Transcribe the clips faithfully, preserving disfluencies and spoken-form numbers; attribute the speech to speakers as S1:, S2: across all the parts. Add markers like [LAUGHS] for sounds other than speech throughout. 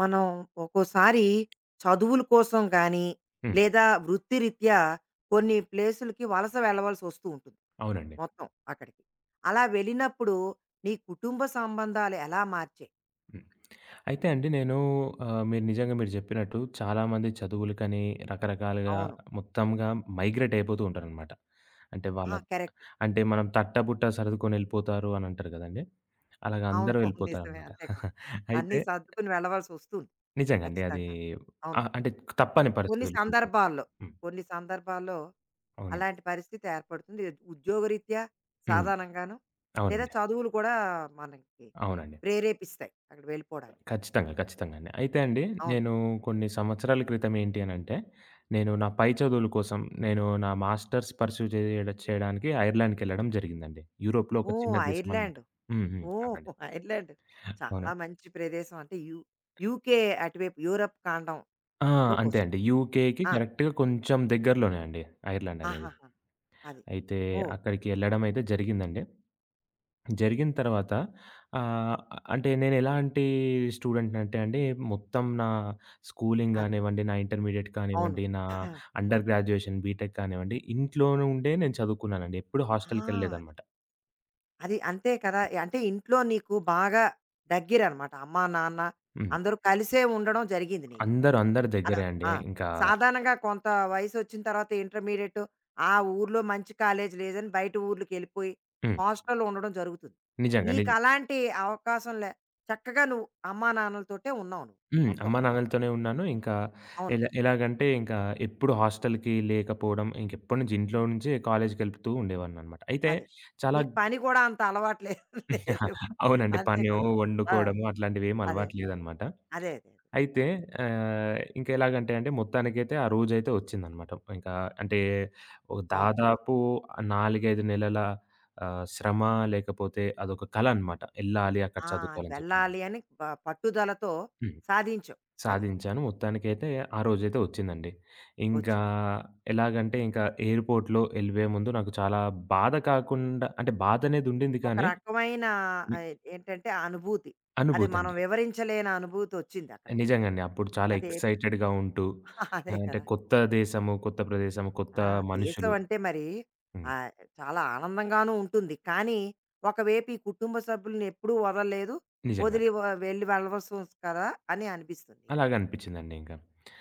S1: మనం ఒక్కోసారి చదువుల కోసం కానీ
S2: హ్మ్.
S1: లేదా వృత్తిరీత్యా కొన్ని ప్లేసులకి వలస వెళ్ళవలసి వస్తూ ఉంటుంది
S2: అవునండి.
S1: మొత్తం అక్కడికి. అలా వెళ్ళినప్పుడు నీ కుటుంబ సంబంధాలు ఎలా మార్చాయి?
S2: హ్మ్. అయితే అండి నేను ఆహ్, మీరు నిజంగా మీరు జెప్పినట్టు చాలామంది చదువులకని రకరకాలుగా
S1: అవును.
S2: మొత్తంగా మైగ్రేట్ అయిపోతూ ఉంటారనమాట. అంటే వాళ్ళ
S1: ఆ! కరెక్ట్.
S2: అంటే మనం తట్టబుట్ట సర్దుకొని ఎళ్ళిపోతారు అని అంటారు గదండీ! అలాగా
S1: అవును.
S2: అందరూ
S1: అవును. నిజమే.
S2: ఎళ్ళిపోతారనమాట.
S1: అంతే కదా!
S2: అయితే
S1: అన్నీ సర్దుకుని వెళ్ళవలసి వస్తుంది.
S2: నిజంగా అండి అది
S1: ఖచ్చితంగాను. అవును.
S2: ఆహ్, అంటే తప్పని
S1: కొన్ని
S2: పరిస్థితులు కొన్ని కొన్ని.
S1: సందర్భాల్లో,
S2: హ్మ్.
S1: కొన్ని సందర్భాల్లో
S2: అవునండి.
S1: అలాంటి పరిస్థితి ఏర్పడుతుంది. ఇది ఉద్యోగరీత్యా
S2: హ్మ్.
S1: సాధారణంగాను. లేదా
S2: అవునండి.
S1: చదువులు కూడా మనకి
S2: అవునండి.
S1: ప్రేరేపిస్తాయి అక్కడికి వెళ్ళిపోవడానికి.
S2: ఖచ్చితంగా. ఖచ్చితంగా అండి. అయితే అండి,
S1: అవును.
S2: నేను కొన్ని సంవత్సరాల క్రితం ఏంటి అనంటే, నేను నా పై చదువుల కోసం నేను నా మాస్టర్స్ పర్స్యూ చేయడ చేయడానికి ఐర్లాండ్‌కెళ్ళడం జరిగిందండి. యూరోప్‌లో ఒక చిన్న
S1: ఓహ్!
S2: దేశం అనమాట.
S1: ఐర్లాండ్.
S2: హ్మ్. హ్మ్.
S1: ఓహ్!
S2: అవునండి.
S1: [LAUGHS] ఐర్లాండ్ చాలా
S2: అవునండి.
S1: మంచి ప్రదేశం. అంటే యు యూకే అటువైపు యూరప్ ఖాండంలోకొస్తుంది.
S2: ఆ! అంతే అండి. యూకేకి
S1: ఆ!
S2: కరెక్ట్‌గా కొంచెం దగ్గరలోనే అండి ఐర్లాండ్ అనేది.
S1: ఆహాహా! అది.
S2: అయితే
S1: ఓహ్!
S2: అక్కడికి ఎళ్ళడం అయితే జరిగిందండి. జరిగిన తర్వాత ఆహ్, అంటే నేనెలాంటి స్టూడెంట్‌నంటే అండి, మొత్తం నా స్కూలింగ్
S1: అది.
S2: గానివ్వండి, నా ఇంటర్మీడియేట్
S1: అవును.
S2: కానివ్వండి, నా
S1: [CLEARS THROAT]
S2: అండర్
S1: ఓహ్!
S2: గ్రాడ్యుయేషన్, బీటెక్ కానివ్వండి, ఇంట్లో నుండే నేను చదువుకున్నానండి. ఎప్పుడు
S1: ఆ!
S2: హాస్టల్‌కెళ్ళలేదనమాట.
S1: అది అంతే కదా! అంటే ఇంట్లో నీకు బాగా దగ్గరనమాట. అమ్మా, నాన్న
S2: హ్మ్.
S1: అందరూ కలిసే ఉండడం జరిగింది నీకు.
S2: అందరూ అందరి
S1: అలా
S2: దగ్గరే అండి.
S1: ఆ!
S2: ఇంకా
S1: సాధారణంగా కొంత వయసొచ్చిన తర్వాత ఇంటర్మీడియేట్ ఆ ఊర్లో మంచి కాలేజ్ లేదని బయట ఊర్లకెళ్ళిపోయి
S2: హ్మ్.
S1: హాస్టల్‌లో ఉండడం జరుగుతుంది.
S2: నిజంగా. నిజ
S1: నీకలాంటి అవకాశం లే చక్కగా నువ్వు అమ్మా, నాన్నలతోటే ఉన్నావు నువ్వు
S2: హ్మ్.
S1: మొత్తం.
S2: అమ్మా నాన్నలతోనే ఉన్నాను. ఇంకా
S1: అవును.
S2: ఎలా ఎలాగంటే ఇంకా ఎప్పుడు హాస్టల్‌కి లేకపోవడం, ఇంకెప్పటి నుంచి ఇంట్లో నుంచే కాలేజ్‌కెళ్తూ ఉండేవాడిననమాట. అయితే
S1: అదే.
S2: చాలా
S1: నీకు పని కూడా అంత అలవాటు లేదు లేదేమో.
S2: అవునండి.
S1: అంతే
S2: పనో,
S1: కదా! ఆ!
S2: వండుకోవడము అట్లాంటివేమి
S1: అదే.
S2: అలవాటు లేదనమాట.
S1: అదే. అదే. అదే.
S2: అయితే
S1: అవును.
S2: ఆహ్, ఇంక ఎలాగంటే అండి మొత్తానికైతే ఆ రోజైతే వచ్చిందనమాట. ఇంకా అంటే ఒక
S1: అవును.
S2: దాదాపు నాలుగు, ఐదు నెలల ఆహ్, శ్రమ లేకపోతే అదొక కల అనమాట. ఎళ్ళాలి అక్కడ
S1: ఆ! అది
S2: చదువుకోవాలని చెప్పిందనమాట.
S1: వెళ్ళాలి అని ప పట్టుదలతో
S2: హ్మ్.
S1: సాధించావు. అది
S2: సాధించాను. మొత్తానికైతే ఆ రోజైతే వచ్చిందండి. ఇంకా
S1: ఒచ్చి.
S2: ఎలాగంటే ఇంకా ఎయిర్‌పోర్ట్‌లో ఎళ్ళిపోయే ముందు నాకు చాలా బాధ కాకుండా అంటే బాధనేదుండింది
S1: ఒక
S2: కానీ,
S1: రకమైన
S2: హ్మ్.
S1: ఆహ్, ఏంటంటే ఆ అనుభూతి. అది మనం
S2: అనుభూతండి.
S1: వివరించలేని అనుభూతొచ్చిందక్కడ నీకు.
S2: నిజంగండి. అప్పుడు చాలా
S1: అదే
S2: ఎక్సైటెడ్‌గా ఉంటూ
S1: [LAUGHS] అదే
S2: ఆహ్, అంటే
S1: కదా!
S2: కొత్త దేశము, కొత్త ప్రదేశము, కొత్త
S1: ఆ! దేశం
S2: మనుషులు.
S1: అంటే మరి
S2: హ్మ్.
S1: ఆహ్, చాలా ఆనందంగానూ ఉంటుంది. కానీ ఒకవైపు ఈ కుటుంబ సభ్యులని ఎప్పుడూ వదలలేదు.
S2: నిజంగా.
S1: వదిలి వ వెళ్ళి వెళ్ళవలసొస్ కదా! అని అనిపిస్తుంది నీకు.
S2: అలాగనిపించిందండి ఇంక.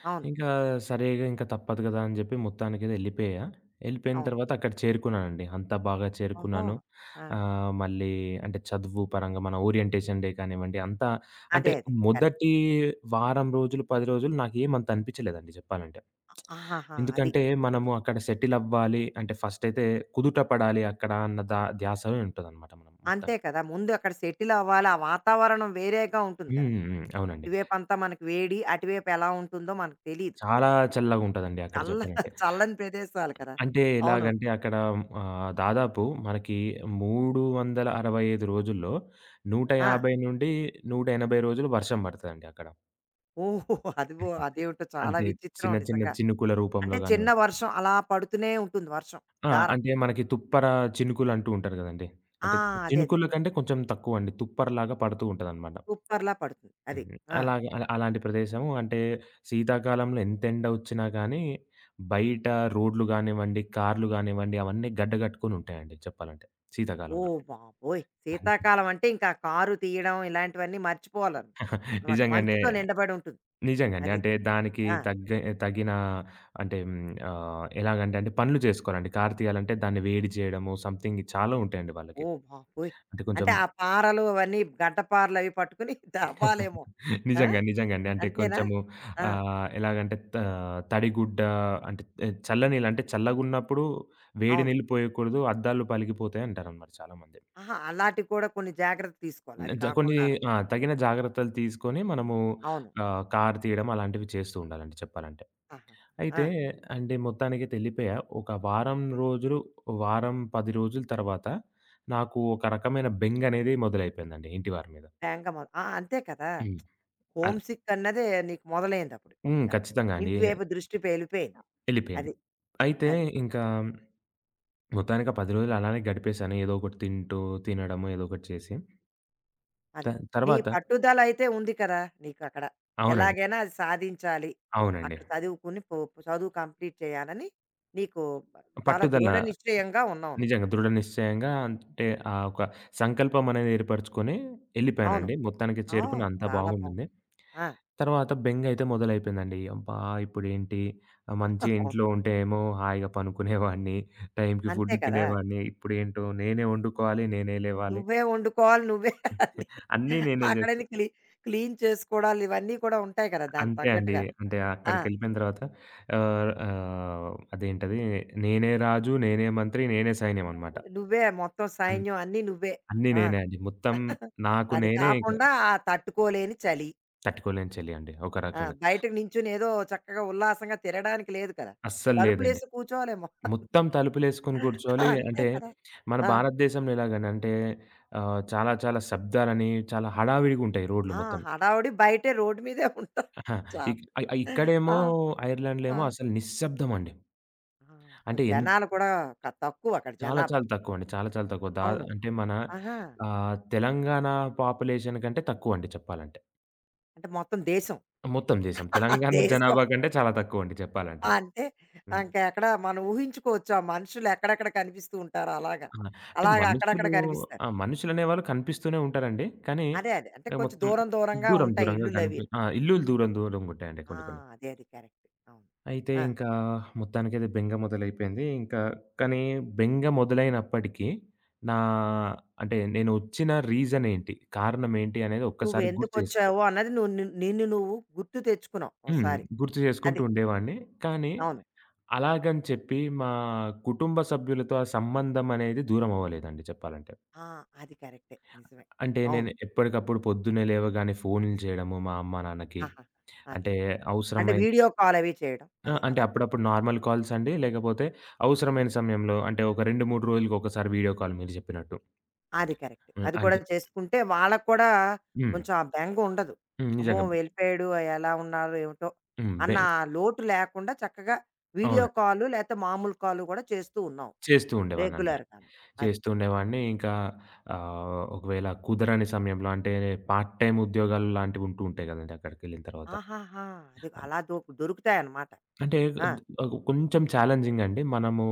S1: అవును.
S2: ఇంకా సరేగా ఇంక తప్పదు గదా! అని జెప్పి మొత్తానికేదో ఎళ్ళిపోయా. ఎళ్ళిపోయిన
S1: అవును.
S2: తర్వాత అక్కడ చేరుకున్నానండి. అంతా బాగా
S1: ఓహో!
S2: చేరుకున్నాను.
S1: ఆ!
S2: ఆహ్, మళ్ళీ అంటే చదువు పరంగా మన ఓరియంటేషన్ డే కానివ్వండి, అంతా అంటే
S1: అదే. అదే. కరెక్ట్.
S2: మొదటి వారం రోజులు, పది రోజులు నాకేమంత అనిపిచ్చలేదండి జెప్పాలంటే.
S1: ఆహాహా! అది.
S2: ఎందుకంటే మనము అక్కడ సెటిల్ అవ్వాలి అంటే ఫస్ట్ అయితే కుదుట పడాలి అక్కడ అన్న దా ధ్యాస ఉంటదనమాట మనం మొత్తం.
S1: అంతే కదా! ముందు అక్కడ సెటిల్ అవ్వాలి. ఆ వాతావరణం వేరేగా ఉంటుంది
S2: హ్మ్.
S1: కదా!
S2: హ్మ్. అవునండి.
S1: ఇటువైపంతా మనకి వేడి, అటువైపు ఎలా ఉంటుందో మనకు తెలీదు
S2: చాలా
S1: కొంచెం.
S2: చల్లగుంటదండి అక్కడ
S1: చల్ల
S2: చెప్పాలంటే.
S1: [LAUGHS] చల్లని ప్రదేశాలు కదా!
S2: అంటే
S1: అవును.
S2: ఎలాగంటే అక్కడ ఆహ్, దాదాపు మనకి మూడు వందల అరవై ఐదు రోజుల్లో
S1: ఆ!
S2: నూట యాభై నుండి నూట ఎనభై రోజులు వర్షం పడతదండి అక్కడ.
S1: ఓహో! అదిగో అదేమిటో చాలా
S2: అంటే
S1: విచిత్రం
S2: చిన్న చిన్న
S1: నిజంగా.
S2: చినుకుల రూపంలో
S1: అంటే చిన్న
S2: గానివ్వండి
S1: వర్షం అలా పడుతూనే ఉంటుంది వర్షం
S2: ఆ!
S1: ధార.
S2: అంటే మనకి తుప్పర చినుకులంటూ ఉంటారు గదండీ.
S1: ఆ!
S2: అంటే
S1: అదే అది.
S2: చినుకుల కంటే కొంచెం తక్కువండి. తుప్పరలాగా పడుతూ ఉంటదనమాట.
S1: తుప్పర్లా పడుతుంది. అది.
S2: హ్మ్.
S1: ఆ!
S2: అలాగే అలా అలాంటి ప్రదేశము అంటే శీతాకాలంలో ఎంత ఎండ ఒచ్చినా గానీ బయట రోడ్లు గానివ్వండి, కార్లు గానివ్వండి అవన్నీ గడ్డ గట్టుకొని ఉంటాయండి చెప్పాలంటే శీతాకాలంలో.
S1: ఓహ్ బాబోయ్! శీతాకాలం అంటే ఇంకా కారు తీయడం ఇలాంటివన్నీ మర్చిపోవాలనమాట.
S2: నిజంగానే.
S1: మంచుతో నిండబడి ఉంటుంది.
S2: నిజంగండి.
S1: అది.
S2: అంటే దానికి
S1: ఆ!
S2: తగ్గ తగిన అంటే హ్మ్, ఆహ్, ఎలాగంటే అండి పనులు చేసుకోరండి. కారు తీయాలంటే దాన్ని వేడి చేయడము సంథింగ్ చాలా ఉంటాయండి వాళ్ళకి.
S1: ఓహ్! బాబోయ్!
S2: అంటే కొంచెం
S1: అంటే ఆ పారలు అవన్నీ గడ్డపారలు అవి పట్టుకుని [LAUGHS]
S2: [LAUGHS]
S1: తవ్వాలేమో. ఆ!
S2: నిజంగా. నిజంగండి. అంటే
S1: అంతేనా?
S2: కొంచెము
S1: ఆ!
S2: ఆహ్, ఎలాగంటే త తడిగుడ్డ అంటే ఏ, చల్ల నీళ్ళు అంటే చల్లగున్నప్పుడు వేడి
S1: అవును.
S2: నీళ్ళు పోయకూడదు. అద్దాలు పలిగిపోతాయి అంటారనమాట చాలామంది.
S1: ఆహా! అలాంటివి కూడా కొన్ని జాగ్రత్తలు తీసుకోవాలి. అది
S2: జ కొన్ని
S1: కాకుండాను.
S2: ఆ! తగిన జాగ్రత్తలు తీసుకొని మనము
S1: అవును.
S2: ఆహ్, కారు తీయడం అలాంటివి చేస్తూ ఉండాలండి చెప్పాలంటే.
S1: ఆహా! ఆ!
S2: అయితే అంటే మొత్తానికైతే ఎళ్ళిపోయా. ఒక వారం రోజులు, వారం పది రోజుల తర్వాత నాకు ఒక రకమైన బెంగనేది మొదలైపోయిందండి ఇంటి వారి మీద.
S1: బెంగ మొద ఆ! అంతే కదా!
S2: హ్మ్. అన్
S1: హోమ్ సిక్ అన్నదే నీకు మొదలైందప్పుడు.
S2: హ్మ్.
S1: ఇంకా.
S2: ఖచ్చితంగా అండి.
S1: ఇంటి వైపు దృష్టి వెళ్ళిపోయింది.
S2: ఎళ్ళిపోయింది.
S1: అది.
S2: అయితే
S1: అది.
S2: ఇంకా మొత్తానికి ఆ పది రోజులు అలానే గడిపేశాను. ఏదో ఒకటి తింటూ, తినడము ఏదో ఒకటి చేసి. త
S1: అది. నీ
S2: తర్వాత
S1: పట్టుదలయితే ఉంది కదా! నీకక్కడ.
S2: అవునండి.
S1: ఎలాగైనా అది సాధించాలి.
S2: అవునండి.
S1: అక్కడ చదువుకుని పో చదువు కంప్లీట్ చేయాలని నీకు చాలా
S2: పట్టుదల
S1: దృఢ నిశ్చయంగా ఉన్నావు
S2: నిజంగా.
S1: నువ్వక్కడ.
S2: దృఢ నిశ్చయంగా అంటే ఆ ఒక సంకల్పం అనేది ఏర్పరచుకొని
S1: అవును.
S2: ఎళ్ళిపోయానండి. మొత్తానికి
S1: ఆ!
S2: చేరుకున్న అంతా
S1: చాలా
S2: బాగుండింది.
S1: బావుంది. ఆ!
S2: తర్వాత బెంగైతే మొదలైపోయిందండి. అబ్బా! ఇప్పుడేంటి ఆహ్, మంచిగా
S1: అవును.
S2: ఇంట్లో ఉంటే ఏమో హాయిగా పనుకునేవాడిని, టైంకి
S1: అంతే
S2: ఫుడ్
S1: కదా!
S2: తినేవాడిని. ఇప్పుడేంటో నేనే వండుకోవాలి, నేనే లేవాలి.
S1: నువ్వే వండుకోవాలి. నువ్వే అన్ని
S2: అన్నీ నేనే జేస్తా.
S1: అక్కడని క్లీ క్లీన్ చేసుకోవడాలు ఇవన్నీ కూడా ఉంటాయి కదా! దానికి
S2: అంతే అండి.
S1: తగ్గట్టుగా.
S2: అంటే
S1: ఆ!
S2: అక్కడికెళ్ళిపోయిన తర్వాత ఆహ్, ఆహ్, అదేంటది నేనే రాజు, నేనే మంత్రి, నేనే సైన్యం అనమాట.
S1: నువ్వే మొత్తం
S2: అన్
S1: సైన్యం అన్నీ నువ్వే.
S2: అన్నీ
S1: ఆ!
S2: నేనే అండి. మొత్తం నాకు
S1: అది
S2: నేనే ఇక
S1: కాకుండా ఆ తట్టుకోలేని చలి.
S2: తట్టుకోలేని చలి అండి. ఒక
S1: ఆ!
S2: రకంగా.
S1: బయటకు నించొని ఏదో చక్కగా ఉల్లాసంగా తిరగడానికి లేదు కదా!
S2: అస్సలు లేదండి.
S1: తలుపులేసి కూర్చోలేము.
S2: మొత్తం తలుపులేసుకొని
S1: [LAUGHS]
S2: కూర్చోవాలి.
S1: అంతే
S2: అంటే
S1: కదా!
S2: మన
S1: ఆ!
S2: భారతదేశంలో ఎలాగని అంటే ఆహ్, చాలా చాలా శబ్దాలని చాలా హడావిడిగుంటాయి రోడ్లు
S1: ఆ!
S2: మొత్తం.
S1: హడావుడి బయటే రోడ్డు మీదే ఉంటాం.
S2: ఆహా,
S1: చాలా
S2: ఇక్ అ ఇక్కడేమో
S1: ఆ!
S2: ఐర్లాండ్‌లో
S1: ఆ!
S2: ఏమో అసలు నిశ్శబ్దం అండి.
S1: ఆ! ఓ,
S2: అంటే ఎన్
S1: జనాలు కూడా క తక్కువ అక్కడ
S2: చాలా
S1: జనాభా.
S2: చాలా తక్కువండి. చాలా చాలా తక్కువ. దా
S1: అవును.
S2: అంటే మన
S1: ఆహా!
S2: ఆహ్, తెలంగాణ పాపులేషన్ కంటే తక్కువండి చెప్పాలంటే.
S1: అంటే మొత్తం దేశం.
S2: మొత్తం దేశం.
S1: [LAUGHS]
S2: తెలంగాణ
S1: దేశం.
S2: జనాభా కంటే చాలా తక్కువండి చెప్పాలంటే.
S1: అంటే
S2: హ్మ్.
S1: ఇంకెక్కడ మనం ఊహించుకోవచ్చు ఆ మనుషులు ఎక్కడెక్కడ కనిపిస్తూ ఉంటారో అలాగా.
S2: ఆ! అంటే
S1: అలాగా అక్కడక్కడ
S2: మనుషులు
S1: కనిపిస్తారు.
S2: ఆ! మనుషులనేవాళ్ళు కనిపిస్తూనే ఉంటారండి. కానీ
S1: అదే అదే. అంటే
S2: ఆహ్,
S1: కొంచెం
S2: మొత్తం
S1: దూరం దూరంగా
S2: దూరం
S1: ఉంటాయి
S2: దూరంగా కనిపి
S1: ఇల్లులవీను.
S2: ఆ! ఇల్లులు దూరం దూరంగా ఉంటాయండి
S1: ఆ!
S2: కొన్ని కొన్ని.
S1: అదే. అది కరెక్ట్. అవును.
S2: అయితే
S1: ఆ!
S2: ఇంకా మొత్తానికైతే బెంగ మొదలైపోయింది. ఇంకా కానీ బెంగ మొదలైనప్పటికీ నా అంటే నేను వచ్చిన రీజన్ ఏంటి? కారణం ఏంటి? అనేది
S1: నువ్వు
S2: ఒక్కసారి గుర్తు చేసుకుంటు
S1: ఎందుకొచ్చావో అన్నది నువ్వు ని నిన్ను నువ్వు గుర్తు తెచ్చుకున్నావు
S2: హ్మ్.
S1: ఓసారి.
S2: గుర్తు చేసుకుంటూ
S1: అది.
S2: ఉండేవాడిని. కానీ
S1: అవును.
S2: అలాగని చెప్పి మా కుటుంబ సభ్యులతో ఆ సంబంధం అనేది దూరం అవ్వలేదండి చెప్పాలంటే.
S1: ఆ! అది కరెక్టే. నిజమే.
S2: అంటే నేను
S1: అవును.
S2: ఎప్పటికప్పుడు పొద్దున్నే లేవగానే ఫోన్‌లు చేయడము మా అమ్మ, నాన్నకి.
S1: ఆహాహా! అది.
S2: అంటే
S1: అంటే
S2: అవసరమైన
S1: వీడియో కాల్ అవి చేయడం.
S2: ఆ!
S1: అది
S2: అంటే
S1: అలా కూడా.
S2: అప్పుడప్పుడు నార్మల్ కాల్స్ అండి. లేకపోతే అవసరమైన సమయంలో అంటే ఒక రెండు, మూడు రోజులకి ఒకసారి వీడియో కాల్ మీరు చెప్పినట్టు.
S1: అది కరెక్ట్.
S2: హ్మ్.
S1: అది కూడా
S2: అంటే
S1: చేసుకుంటే వాళ్ళకి కూడా
S2: హ్మ్.
S1: కొంచెం ఆ బెంగ ఉండదు.
S2: హ్మ్.
S1: అమ్మో!
S2: నిజంగా.
S1: వెళ్ళిపోయాడు ఎలా ఉన్నారో ఏమిటో
S2: హ్మ్. బె
S1: అన్న ఆ లోటు లేకుండా చక్కగా వీడియో
S2: అవునండి.
S1: కాలు లేతే మామూలు కాలు కూడా చేస్తూ ఉన్నావు
S2: చేస్తూ ఉండేవాడిననమాట.
S1: రెగ్యులర్‌గాను. అది.
S2: చేస్తూ ఉండేవాడిని. ఇంకా ఆహ్, ఒకవేళ కుదరని సమయంలో అంటే పార్ట్ టైమ్ ఉద్యోగాలు లాంటివి ఉంటూ ఉంటాయి గదండీ అక్కడికెళ్ళిన తర్వాత.
S1: ఆహాహా! అది
S2: అన్
S1: అలా దొ దొరుకుతాయన్నమాట.
S2: అంటే
S1: ఆ!
S2: కొంచెం ఛాలెంజింగ్ అండి. మనము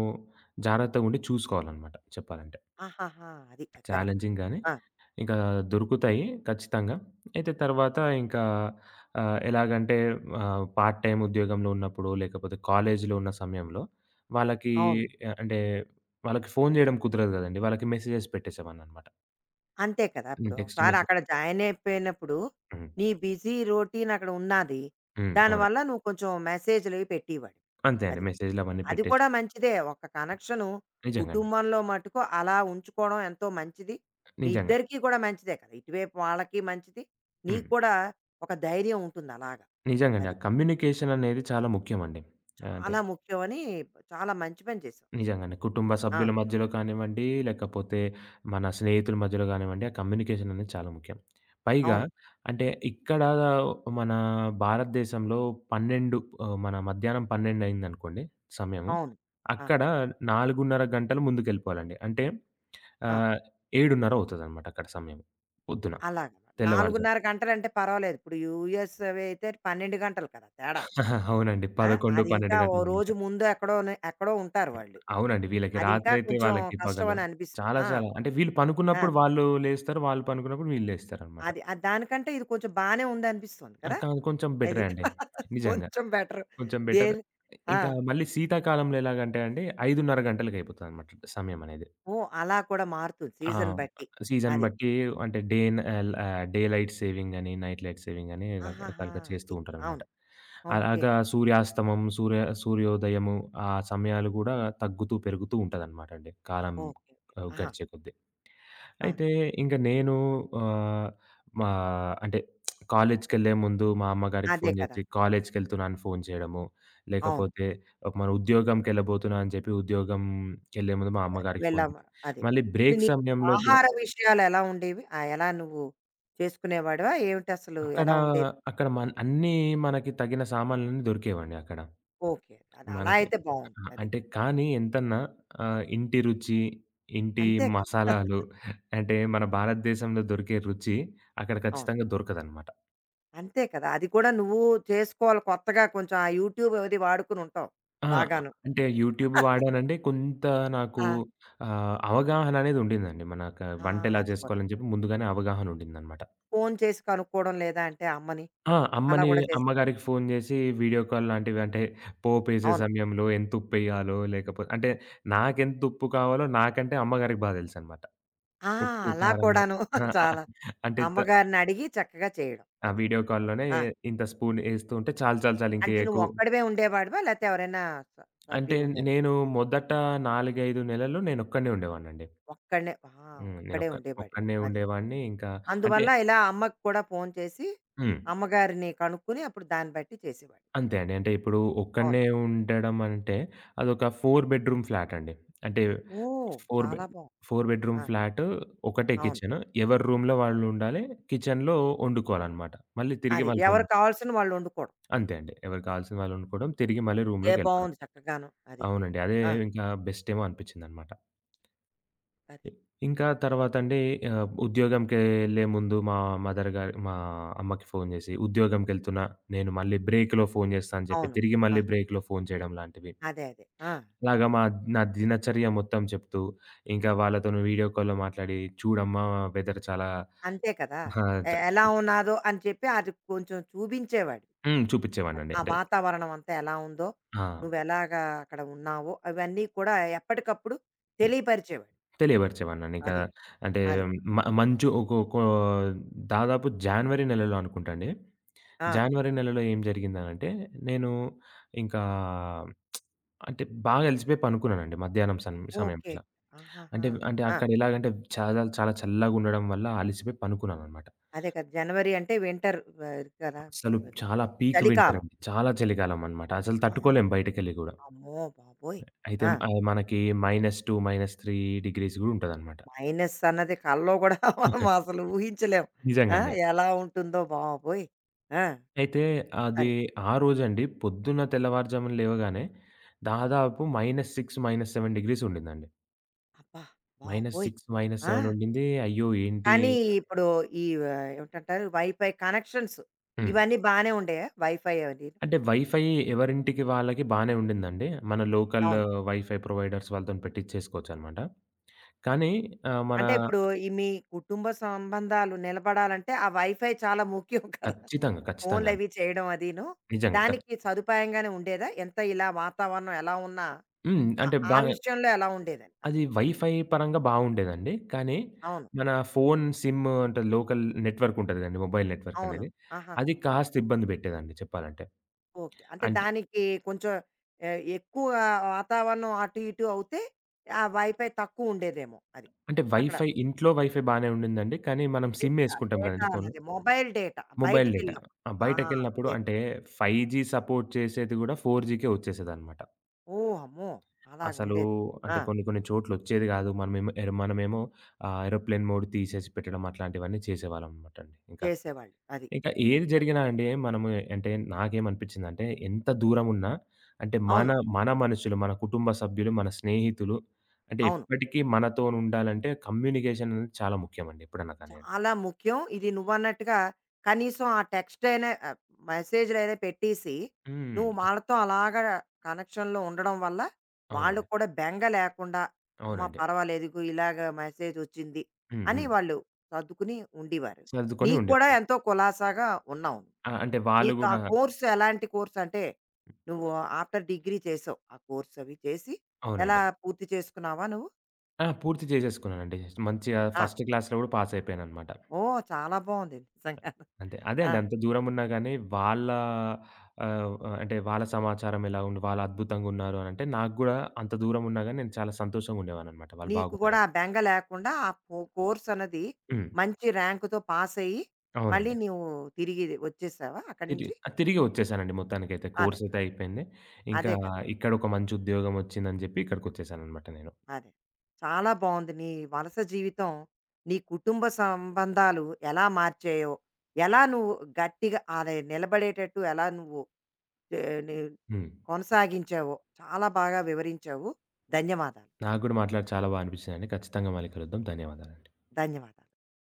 S2: జాగ్రత్తగుండి చూసుకోవాలనమాట చెప్పాలంటే.
S1: ఆహాహా! అది కరెక్ట్.
S2: ఛాలెంజింగ్ గానీ,
S1: ఆ!
S2: ఇంకా దొరుకుతాయి ఖచ్చితంగా. అయితే తర్వాత ఇంకా ఆహ్, ఎలాగంటే ఆహ్, పార్ట్ టైమ్ ఉద్యోగంలో ఉన్నప్పుడు, లేకపోతే కాలేజీలో ఉన్న సమయంలో వాళ్ళకి
S1: అవును.
S2: ఆహ్, అంటే వాళ్ళకి ఫోను జేయడం కుదరదు గదండీ. వాళ్ళకి మెసేజెస్ పెట్టేసేవాడిననమాట.
S1: అంతే కదా!
S2: హ్మ్.
S1: ఇప్పుడు
S2: టెక్స్ట్
S1: ఒకసారి
S2: మెసేజ్
S1: అక్కడ జాయిన్ అయిపోయినప్పుడు,
S2: హ్మ్.
S1: నీ బిజీ రొటీన్ అక్కడ ఉన్నాది.
S2: హ్మ్. అవునండి.
S1: దానివల్ల నువ్వు కొంచెం మెసేజ్‌లవి పెట్టేవాడివి.
S2: అంతే అండి.
S1: అది.
S2: మెసేజ్‌లవన్నీ
S1: అది
S2: పెట్టేసి
S1: కూడా మంచిదే. ఒక కనెక్షను
S2: నిజంగండి.
S1: కుటుంబంలో మటుకు అలా ఉంచుకోవడం ఎంతో మంచిది. మీ
S2: నిజంగా.
S1: ఇద్దరికీ కూడా మంచిదే కదా! ఇటువైపు వాళ్ళకి మంచిది.
S2: హ్మ్.
S1: నీకు కూడా ఒక ధైర్యం ఉంటుంది అలాగా.
S2: నిజంగండి. ఆ
S1: అది.
S2: కమ్యూనికేషన్ అనేది చాలా ముఖ్యమండి. అంటే
S1: చాలా ముఖ్యమని చాలా మంచి పని చేసావు అసలు.
S2: నిజంగానే. కుటుంబ
S1: ఆ!
S2: సభ్యుల మధ్యలో కానివ్వండి, లేకపోతే మన స్నేహితుల మధ్యలో గానివ్వండి, ఆ కమ్యూనికేషన్ అనేది చాలా ముఖ్యం. పైగా
S1: అవును.
S2: అంటే ఇక్కడ మన భారతదేశంలో పన్నెండు ఆహ్, మన మధ్యాహ్నం పన్నెండు అయిందనుకోండి సమయము.
S1: అవును. ఆ!
S2: అక్కడ నాలుగున్నర గంటలు ముందుకెళ్ళిపోవాలండి. అంటే
S1: ఆ!
S2: ఆహ్, ఏడున్నర అవుతదనమాట అక్కడ సమయం పొద్దున
S1: అలాగ.
S2: తెల్లవారుజామున.
S1: నాలుగున్నర గంటలంటే పర్వాలేదు. ఇప్పుడు యూఎస్ అవి అయితే పన్నెండు గంటలు కదా తేడా.
S2: [LAUGHS] అవునండి.
S1: ఆ!
S2: పదకొండు, పన్నెండు
S1: అదింకా ఓ
S2: గంటలనమాట.
S1: రోజు ముందు ఎక్కడోనే ఎక్కడో ఉంటారు వాళ్ళు.
S2: అవునండి. వీళ్ళకి
S1: అదింకా
S2: రాత్రయితే
S1: కొంచెం
S2: వాళ్ళకి
S1: కష్టం
S2: పగలు.
S1: అని అనిపిస్తుంది.
S2: చాలా
S1: ఆ!
S2: చాలా. అంటే వీళ్ళు
S1: ఆ!
S2: పనుకున్నప్పుడు వాళ్ళు లేస్తారు. వాళ్ళు పనుకున్నప్పుడు వీళ్ళు లేస్తారనమాట.
S1: అది ఆహ్, దానికంటే ఇది కొంచెం బానే ఉందనిపిస్తుంది
S2: ఆ!
S1: కదా!
S2: కానీ కొంచెం బెటరే
S1: అది.
S2: అండి.
S1: [LAUGHS]
S2: నిజంగా.
S1: కొంచెం బెటర్.
S2: కొంచెం బెటర్.
S1: దేని ఆ!
S2: ఇంకా మళ్ళీ శీతాకాలంలో ఎలాగంటే అండి ఐదున్నర గంటలకయిపోతదనమాట సమయమనేది.
S1: ఓహ్! అలా కూడా మారుతుంది
S2: ఆ!
S1: సీజన్ బట్టి.
S2: సీజన్
S1: అది.
S2: బట్టి అంటే డే న్ ah, ah, daylight saving అని, నైట్ లైట్ సేవింగ్ అని
S1: ఆహాహా!
S2: రకరకాలుగా చేస్తూ
S1: అది.
S2: ఉంటారనమాట.
S1: అవును. ఓకే.
S2: అలాగా సూర్యాస్తమం, సూర్య సూర్యోదయము ఆ సమయాలు గూడా తగ్గుతూ, పెరుగుతూ ఉంటదనమాటండి. కాలం
S1: ఓకే. ఓకే.
S2: ఆహ్,
S1: ఆహా!
S2: గడిచే కొద్దీ.
S1: ఆ!
S2: అయితే ఇంక నేను ఆహ్, మా అంటే కాలేజ్‌కెళ్ళే ముందు మా అమ్మగారికి
S1: అదే
S2: ఫోను
S1: కదా!
S2: జేసి, "కాలేజ్‌కెళ్తున్నాను" అని ఫోను చేయడము.
S1: అవును.
S2: లేకపోతే మన ఉద్యోగంకెళ్ళబోతున్నా అని చెప్పి ఉద్యోగంకెళ్ళే ముందు మా అమ్మగారికి ఫోను చేయడం.
S1: వెళ్ళాము. అది.
S2: మళ్ళీ
S1: ఇప్పుడు
S2: బ్రేక్
S1: నీ
S2: సమయంలో కూడా
S1: ఆహార విషయాలెలా ఉండేవి? ఆహ్, ఎలా నువ్వు చేసుకునేవాడివా? ఏమిటసలు
S2: అక్కడ
S1: ఎలా ఉండేది?
S2: అక్కడ మన్ అన్నీ మనకి తగిన సామాన్లన్నీ దొరికేవండి అక్కడ.
S1: ఓకే. అది అలా
S2: మనకి
S1: అయితే బావుంది.
S2: ఆ!
S1: అది.
S2: అంటే కానీ ఎంతన్నా ఆహ్, ఇంటి రుచి, ఇంటి
S1: అంతే కదా!
S2: మసాలాలు
S1: [LAUGHS]
S2: అంటే మన భారతదేశంలో దొరికే రుచి అక్కడ
S1: అవును.
S2: ఖచ్చితంగా దొరకదనమాట.
S1: అంతే కదా! అది కూడా నువ్వు చేసుకోవాలి కొత్తగా కొంచెం ఆ యూట్యూబ్ అది వాడుకొని ఉంటావు
S2: ఆ!
S1: బాగాను.
S2: అంటే యూట్యూబ్
S1: [LAUGHS]
S2: వాడానంటే కొంత నాకు
S1: ఆ!
S2: ఆహ్, అవగాహన అనేదుండిందండి. మనక
S1: ఆ!
S2: వంటెలా
S1: అది కూడా.
S2: జేసుకోవాలని జెప్పి ముందుగానే అవగాహనుండిందనమాట.
S1: ఫోను చేసి కనుక్కోవడం లేదా అంటే అమ్మని
S2: ఆ!
S1: అలా
S2: అమ్మని
S1: కూడా చేసి
S2: అమ్మగారికి ఫోను జేసి వీడియో కాల్ లాంటివి అంటే పోపేసే
S1: అవును.
S2: సమయంలో ఎంతుప్పెయ్యాలో లేకపో అంటే నాకెంతుప్పు కావాలో నాకంటే అమ్మగారికి బా దెలుసనమాట.
S1: ఆ!
S2: ఉప్పు,
S1: అలా
S2: కారము
S1: కూడాను.
S2: ఆ!
S1: [LAUGHS]
S2: అ
S1: చాలా.
S2: అంటే త
S1: అమ్మగారినడిగి చక్కగా చేయడం.
S2: ఆ
S1: అది.
S2: వీడియో కాల్‌లోనే
S1: ఆ!
S2: ఇంత స్పూన్ ఏస్తూ ఉంటే చాలు చాలు చాలు
S1: అంటే
S2: ఇంకెయ్యకు.
S1: నువ్వొక్కడివే ఉండేవాడివా? లేతే ఎవరైనా స
S2: అంటే
S1: సభ్యులు ఉండేవారా?
S2: నేను మొదట నాలుగు, ఐదు నెలలు నేనొక్కడినే ఉండేవాడినండి.
S1: ఒక్కడినే ఆ!
S2: హ్మ్.
S1: ఒక్కడే
S2: నేనొక్క
S1: ఉండేవాడివి.
S2: ఒక్కడినే
S1: అది.
S2: ఉండేవాడిని. ఇంకా అంటే
S1: అందువల్ల ఇలా అమ్మకి కూడా ఫోను చేసి,
S2: హ్మ్.
S1: అమ్మగారిని కనుక్కొని అప్పుడు దాన్ని బట్టి చేసేవాడివి.
S2: అంతే
S1: అది.
S2: అండి. అంటే ఇప్పుడు
S1: అవును.
S2: ఒక్కడినే ఉండడం అంటే అదొక నాలుగు బెడ్‌రూమ్ ఫ్లాట్ అండి. అంటే
S1: ఓహ్!
S2: నాలుగు బెడ్
S1: చాలా బావుంది.
S2: నాలుగు బెడ్‌రూమ్
S1: ఆ!
S2: ఫ్లాట్ ఒకటే
S1: అవును.
S2: కిచెన్. ఎవరి రూమ్‌లో వాళ్ళు ఉండాలి. కిచెన్‌లో వండుకోవాలనమాట. మళ్ళీ తిరిగి
S1: అది.
S2: వాళ్ళ రూమ్
S1: ఎవరు కావాల్సిన వాళ్ళు వండుకోవడం.
S2: అంతే అండి. ఎవరికి కావాల్సిన వాళ్ళు వండుకోవడం. తిరిగి మళ్ళీ
S1: ఇదే
S2: రూమ్‌లోకెళ్ళిపోవడం.
S1: బావుంది చక్కగాను. అది.
S2: అవునండి. అదే
S1: ఆ!
S2: ఇంకా బెస్టేమో అనిపించిందనమాట.
S1: అది.
S2: ఇ ఇంకా తర్వాతండి ఆహ్, ఉద్యోగంకెళ్ళే ముందు మా మదర్ గారు మా అమ్మకి ఫోను జేసి, "ఉద్యోగంకెళ్తున్నా, నేను మళ్ళీ బ్రేక్‌లో ఫోను జేస్తా" అని చెప్పి,
S1: అవును.
S2: తిరిగి మళ్ళీ
S1: ఆహా!
S2: బ్రేక్‌లో ఫోను చేయడం లాంటివి.
S1: అదే. అదే. ఆ!
S2: అలాగా మా నా దినచర్య మొత్తం చెప్తూ, ఇంకా వాళ్ళతోని వీడియో కాల్‌లో మాట్లాడి, "చూడమ్మా వెదర్ చాలా"
S1: అంతే కదా!
S2: ఆ!
S1: ఎ
S2: చ
S1: ఎలా ఉన్నాదో అని చెప్పి అది కొంచెం చూపించేవాడివి.
S2: హ్మ్.
S1: అది.
S2: చూపిచ్చేవాడినండి.
S1: ఆ
S2: అంటే
S1: వాతావరణం అంతా ఎలా ఉందో,
S2: ఆ!
S1: నువ్వెలాగా అక్కడ ఉన్నావో అవన్నీ కూడా ఎప్పటికప్పుడు తెలియపరిచేవాడు.
S2: తెలియపరిచేవాడినండి. ఇంకా
S1: అది.
S2: అంటే
S1: అది.
S2: మ మంచు ఒకొ కొ దాదాపు జనవరి నెలలో అనుకుంటా అండి.
S1: ఆ!
S2: జనవరి నెలలో ఏం జరిగిందనంటే, నేను ఇంకా అంటే బాగా అలిసిపోయి పనుకున్నానండి మధ్యాహ్నం సన్ సమయం
S1: ఓకే.
S2: అట్లా. అంటే,
S1: ఆహాహా!
S2: అంటే
S1: ఆ!
S2: అక్కడ ఎలాగంటే చాలా, చాలా చల్లగుండడం వల్ల అలిసిపోయి పనుకున్నాననమాట.
S1: అదే కదా! జనవరి అంటే వింటర్ ఆహ్, కదా!
S2: అసలు
S1: అది.
S2: చాలా పీక్ వింటర్
S1: చలికాలం.
S2: అండి. చాలా చలికాలం అనమాట. అసలు
S1: ఆ!
S2: తట్టుకోలేం బయటికెళ్ళి గూడా.
S1: అమ్మో బాబోయ్!
S2: అయితే
S1: ఆ!
S2: ఆహ్, మనకి మైనస్ రెండు, మైనస్ మూడు డిగ్రీస్ గూడా ఉంటదనమాట.
S1: మైనస్ అన్నది కల్లో కూడా [LAUGHS] మనం
S2: [LAUGHS]
S1: అసలు ఊహించలేం. ఆ!
S2: నిజంగానే.
S1: ఎలా ఉంటుందో బాబోయ్! ఆ!
S2: అయితే అది
S1: అది.
S2: ఆ రోజండి పొద్దున్న తెల్లవారుజామున లేవగానే దాదాపు మైనస్ ఆరు, మైనస్ ఏడు డిగ్రీస్ ఉండిందండి.
S1: అబ్బా! బాబోయ్!
S2: -ఆరు,
S1: ఆ!
S2: మైనస్ ఏడు ఉండింది. అయ్యో! ఏంటి
S1: కానీ ఇప్పుడు ఈ ఆహ్, ఏమిటంటారు వైఫై కనెక్షన్స్
S2: హ్మ్.
S1: ఇవన్నీ బానే ఉండేయా? వైఫై అది?
S2: అంటే వైఫై ఎవరింటికి వాళ్ళకి బానే ఉండిందండి. మన లోకల్
S1: అవును.
S2: వైఫై ప్రొవైడర్స్ వాళ్ళతోని పెట్టిచ్చేసుకోవచ్చనమాట. కానీ ఆహ్, మన
S1: అంటే ఇప్పుడు ఈ మీ కుటుంబ సంబంధాలు నిలబడాలంటే ఆ వైఫై చాలా ముఖ్యం కదా!
S2: ఖచ్చితంగా, ఖచ్చితంగా అండి.
S1: ఫోన్‌లవి చేయడం అదీను.
S2: నిజంగా. ఖ
S1: దానికి సదుపాయంగానే ఉండేదా? ఎంత ఇలా వాతావరణం ఎలా ఉన్నా
S2: హ్మ్.
S1: ఆ
S2: అంటే
S1: ఆ
S2: బా
S1: విషయంలో ఎలా ఉండేదని
S2: అది
S1: అసలు?
S2: వైఫై పరంగా బావుండేదండి. కానీ
S1: అవును.
S2: మన ఫోన్ సిమ్ అంటే లోకల్ నెట్వర్క్ ఉంటది కదండీ. మొబైల్ నెట్వర్క్
S1: అవును.
S2: అనేది.
S1: ఆహాహా!
S2: అది
S1: మొ
S2: కాస్త ఇబ్బంది పెట్టేదండి చెప్పాలంటే.
S1: ఓకే. అంటే
S2: అంటే
S1: దానికి కొంచెం ఆహ్, ఎక్కువ వాతావరణం అటు ఇటు అవుతే ఆ వైఫై తక్కువ ఉండేదేమో అది.
S2: అంటే
S1: అక్కడ.
S2: వైఫై ఇంట్లో వైఫై బానే ఉండిందండి. కానీ మనం సిమ్
S1: డేటా,
S2: యేసుకుంటాం
S1: డేటా
S2: కదండీ ఫోన్‌లో.
S1: అన్నది. Mobile data
S2: mobile data.
S1: బయటికెళ్ళినప్పుడు.
S2: ఆ!
S1: ఆ!
S2: బయటకెళ్ళినప్పుడు
S1: అదేది.
S2: అంటే 5జీ సపోర్ట్ చేసేది గూడా 4జీకే వచ్చేసేదనమాట.
S1: ఓహ్! అమ్మో! అలాగ
S2: అసలు
S1: ఉండేది. ఆ!
S2: అంటే కొన్ని కొన్ని చోట్లొచ్చేది గాదు. మనమేమో ఎర్ మనమేమో ఆహ్, ఏరోప్లేన్ మోడ్ తీసేసి పెట్టడం అట్లాంటివన్నీ చేసేవాళ్ళమనమాట అండి. ఇంకా,
S1: చేసేవాళ్ళు. అది.
S2: ఇంకా ఏది జరిగినా అండి మనము అంటే నాకేమనిపించిందంటే ఎంత దూరమున్నా అంటే మన,
S1: అవును.
S2: మన మనుషులు, మన కుటుంబ సభ్యులు, మన స్నేహితులు అంటే
S1: అవును.
S2: ఎప్పటికీ మనతోనుండాలంటే కమ్యూనికేషన్ అనేది చాలా ముఖ్యమండి ఎప్పుడన్నా కానియండి.
S1: చాలా ముఖ్యం. ఇది నువ్వన్నట్టుగా కనీసం ఆ టెక్స్ట్ అయినా ఆహ్, మెసేజ్‌లైనా పెట్టేసి,
S2: హ్మ్.
S1: నువ్వు వాళ్ళతో అలాగా కనెక్షన్‌లో ఉండడం వల్ల, వాళ్ళు
S2: అవునండి.
S1: కూడా బెంగ లేకుండా, అమ్మ
S2: అవునండి.
S1: పర్వాలేదు ఇగో ఇలాగ మెసేజొచ్చింది
S2: హ్మ్.
S1: అని
S2: హ్మ్.
S1: వాళ్ళు సర్దుకుని ఉండేవారు.
S2: సర్దుకొని
S1: నీకు కూడా
S2: ఉండేవారు.
S1: ఎంతో కులాసాగా ఉన్నావు.
S2: ఆ! అంటే వాళ్ళు
S1: నీకు ఆ
S2: గూడా
S1: కోర్స్ ఎలాంటి కోర్స్ అంటే నువ్వు ఆఫ్టర్ డిగ్రీ చేసావు. ఆ కోర్స్ అవి చేసి ఎలా
S2: అవునండి.
S1: పూర్తి చేసుకున్నావా నువ్వు?
S2: ఆ! పూర్తి చేసేసుకున్నానండి. మంచిగా
S1: ఆ!
S2: ఫస్ట్ క్లాస్‌లో గూడా పాస్ అయిపోయాననమాట.
S1: ఓహ్! చాలా బావుంది నిజంగా.
S2: అంతే. అదే
S1: ఆ!
S2: అండి. అంత దూరం ఉన్నా గాని వాళ్ళ ఆహ్, అంటే వాళ్ళ సమాచారం ఎలా ఉంది, వాళ్ళు అద్భుతంగా ఉన్నారు అనంటే నాకు గూడా అంత దూరం ఉన్నా గాని నేను చాలా సంతోషంగా ఉండేవాడిననమాట. వాళ్ళు
S1: నీకు కూడా
S2: బాగున్నారని.
S1: ఆ బెంగ లేకుండా ఆ కో కోర్స్ అన్నది
S2: హ్మ్.
S1: మంచి ర్యాంక్‌తో పాస్ అయ్యి మళ్ళీ
S2: అవునండి.
S1: నువ్వు తిరిగి వచ్చేసావా అక్కడి
S2: తిరిగి
S1: నుంచి?
S2: ఆహ్, తిరిగి వచ్చేసానండి మొత్తానికైతే.
S1: అదే.
S2: కోర్స్ అయితే అయిపోయింది. ఇంకా
S1: అదే కదా!
S2: ఇక్కడ ఒక మంచి ఉద్యోగం వచ్చిందని జెప్పి ఇక్కడికొచ్చేసాననమాట నేను.
S1: అదే. చాలా బావుంది నీ వలస జీవితం, నీ కుటుంబ సంబంధాలు ఎలా మార్చాయో, ఎలా నువ్వు గట్టిగా అది నిలబడేటట్టు ఎలా నువ్వు ఏ, నీ-
S2: హ్మ్.
S1: కొనసాగించావో చాలా బాగా వివరించావు. ధన్యవాదాలు.
S2: నాకు గూడా మాట్లాడి చాలా బా అనిపించిందండి. ఖచ్చితంగా మళ్ళీ కలుద్దాం. ధన్యవాదాలు.
S1: ధన్యవాదాలు.